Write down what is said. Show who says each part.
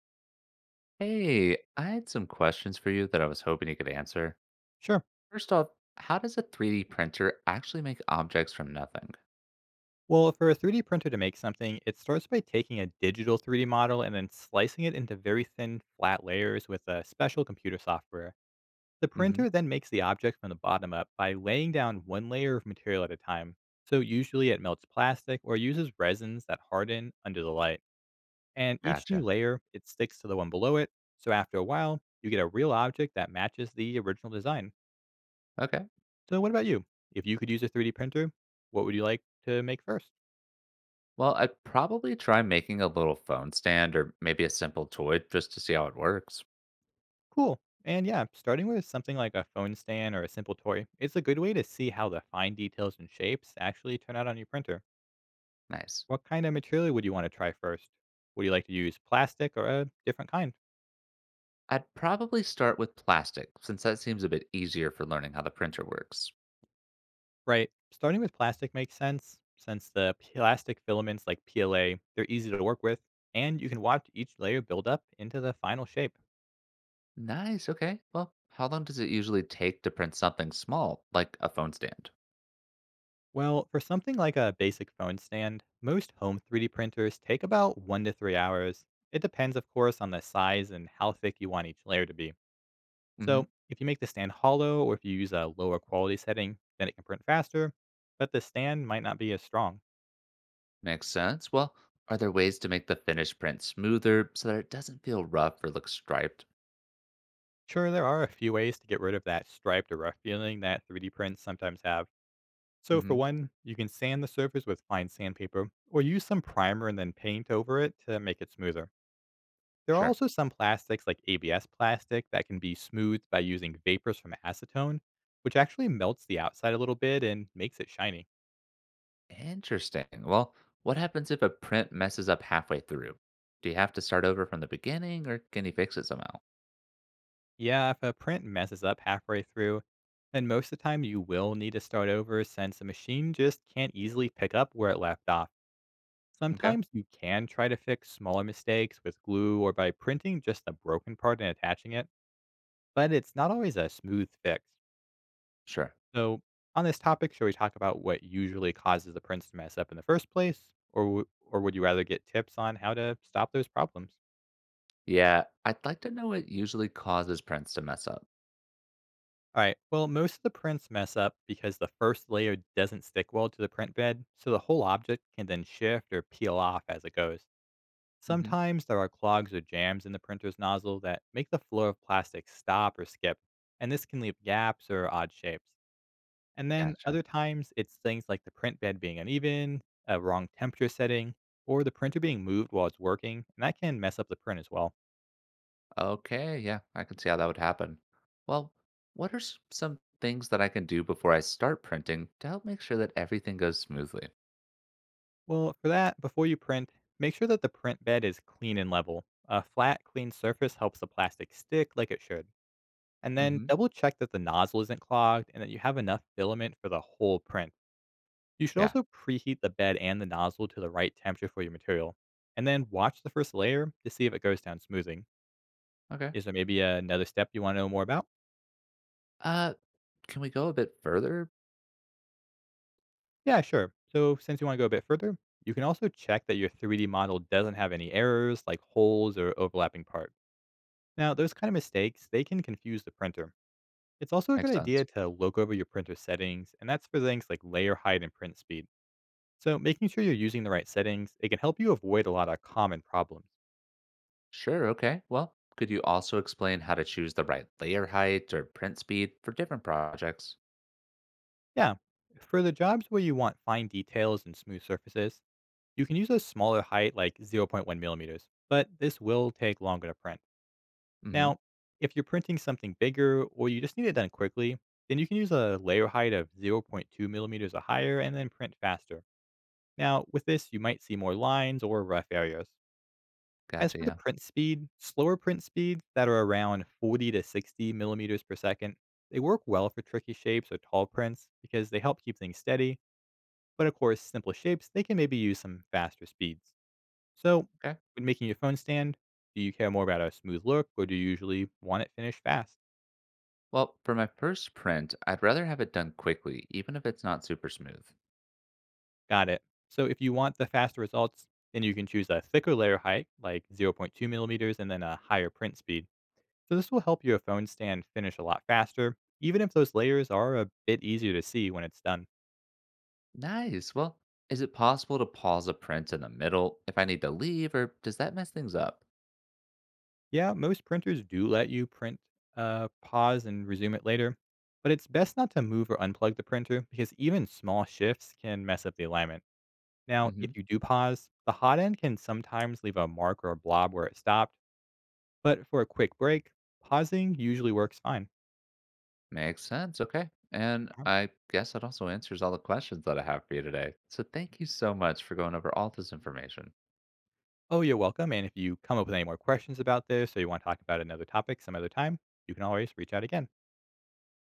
Speaker 1: Hey, I had some questions for you that I was hoping you could answer.
Speaker 2: Sure.
Speaker 1: First off, how does a 3D printer actually make objects from nothing?
Speaker 2: Well, for a 3D printer to make something, it starts by taking a digital 3D model and then slicing it into very thin, flat layers with a special computer software. The
Speaker 1: Hmm.
Speaker 2: printer then makes the object from the bottom up by laying down one layer of material at a time. So usually it melts plastic or uses resins that harden under the light. And each new
Speaker 1: Gotcha.
Speaker 2: layer, it sticks to the one below it. So after a while, you get a real object that matches the original design.
Speaker 1: Okay.
Speaker 2: So what about you? If you could use a 3D printer, what would you like to make first?
Speaker 1: Well, I'd probably try making a little phone stand or maybe a simple toy just to see how it works.
Speaker 2: Cool. And yeah, starting with something like a phone stand or a simple toy, it's a good way to see how the fine details and shapes actually turn out on your printer.
Speaker 1: Nice.
Speaker 2: What kind of material would you want to try first? Would you like to use plastic or a different kind?
Speaker 1: I'd probably start with plastic since that seems a bit easier for learning how the printer works.
Speaker 2: Right. Starting with plastic makes sense since the plastic filaments like PLA, they're easy to work with and you can watch each layer build up into the final shape.
Speaker 1: Nice. Okay. Well, how long does it usually take to print something small like a phone stand?
Speaker 2: Well, for something like a basic phone stand, most home 3D printers take about 1 to 3 hours. It depends, of course, on the size and how thick you want each layer to be. So, if you make the stand hollow or if you use a lower quality setting, then it can print faster, but the stand might not be as strong.
Speaker 1: Makes sense. Well, are there ways to make the finished print smoother so that it doesn't feel rough or look striped?
Speaker 2: Sure, there are a few ways to get rid of that striped or rough feeling that 3D prints sometimes have. So, for
Speaker 1: Hmm.
Speaker 2: one, you can sand the surface with fine sandpaper or use some primer and then paint over it to make it smoother. There are
Speaker 1: Sure.
Speaker 2: also some plastics like ABS plastic that can be smoothed by using vapors from acetone, which actually melts the outside a little bit and makes it shiny.
Speaker 1: Interesting. Well, what happens if a print messes up halfway through? Do you have to start over from the beginning or can you fix it somehow?
Speaker 2: Yeah, if a print messes up halfway through, then most of the time you will need to start over since the machine just can't easily pick up where it left off.
Speaker 1: Okay.
Speaker 2: Sometimes you can try to fix smaller mistakes with glue or by printing just the broken part and attaching it, but it's not always a smooth fix.
Speaker 1: Sure.
Speaker 2: So, on this topic, should we talk about what usually causes the prints to mess up in the first place, or would you rather get tips on how to stop those problems?
Speaker 1: Yeah, I'd like to know what usually causes prints to mess up.
Speaker 2: All right. Well, most of the prints mess up because the first layer doesn't stick well to the print bed, so the whole object can then shift or peel off as it goes.
Speaker 1: Hmm.
Speaker 2: Sometimes there are clogs or jams in the printer's nozzle that make the flow of plastic stop or skip, and this can leave gaps or odd shapes. And then
Speaker 1: Gotcha.
Speaker 2: other times, it's things like the print bed being uneven, a wrong temperature setting, or the printer being moved while it's working, and that can mess up the print as well.
Speaker 1: Okay. Yeah, I can see how that would happen. Well, what are some things that I can do before I start printing to help make sure that everything goes smoothly?
Speaker 2: Well, for that, before you print, make sure that the print bed is clean and level. A flat, clean surface helps the plastic stick like it should. And then
Speaker 1: Hmm.
Speaker 2: double check that the nozzle isn't clogged and that you have enough filament for the whole print. You should
Speaker 1: Yeah.
Speaker 2: also preheat the bed and the nozzle to the right temperature for your material. And then watch the first layer to see if it goes down smoothing.
Speaker 1: Okay.
Speaker 2: Is there maybe another step you want to know more about?
Speaker 1: Uh, can we go a bit further?
Speaker 2: Yeah, sure. So, since you want to go a bit further, you can also check that your 3D model doesn't have any errors like holes or overlapping parts. Now, those kind of mistakes, they can confuse the printer. It's also a good
Speaker 1: Makes
Speaker 2: idea
Speaker 1: sense.
Speaker 2: to look over your printer settings, and that's for things like layer height and print speed. So, making sure you're using the right settings, it can help you avoid a lot of common problems.
Speaker 1: Sure. Okay. Well, could you also explain how to choose the right layer height or print speed for different projects?
Speaker 2: Yeah, for the jobs where you want fine details and smooth surfaces, you can use a smaller height like zero point 0.1 millimeters, but this will take longer to print.
Speaker 1: Mm-hmm.
Speaker 2: Now, if you're printing something bigger or you just need it done quickly, then you can use a layer height of zero point 0.2 millimeters or higher and then print faster. Now, with this, you might see more lines or rough areas. As
Speaker 1: Gotcha.
Speaker 2: for the
Speaker 1: Yeah.
Speaker 2: print speed, slower print speeds that are around 40 to 60 millimeters per second, they work well for tricky shapes or tall prints because they help keep things steady. But of course, simple shapes, they can maybe use some faster speeds. So,
Speaker 1: Okay.
Speaker 2: when making your phone stand, do you care more about a smooth look or do you usually want it finished fast?
Speaker 1: Well, for my first print, I'd rather have it done quickly, even if it's not super smooth.
Speaker 2: Got it. So if you want the faster results, then you can choose a thicker layer height, like zero point 0.2 millimeters, and then a higher print speed. So this will help your phone stand finish a lot faster, even if those layers are a bit easier to see when it's done.
Speaker 1: Nice. Well, is it possible to pause a print in the middle if I need to leave, or does that mess things up?
Speaker 2: Yeah, most printers do let you pause, and resume it later, but it's best not to move or unplug the printer because even small shifts can mess up the alignment. Now, if you do pause, the hot end can sometimes leave a mark or a blob where it stopped. But for a quick break, pausing usually works fine.
Speaker 1: Makes sense. Okay. And
Speaker 2: Uh-huh.
Speaker 1: I guess that also answers all the questions that I have for you today. So thank you so much for going over all this information.
Speaker 2: Oh, you're welcome. And if you come up with any more questions about this or you want to talk about another topic some other time, you can always reach out again.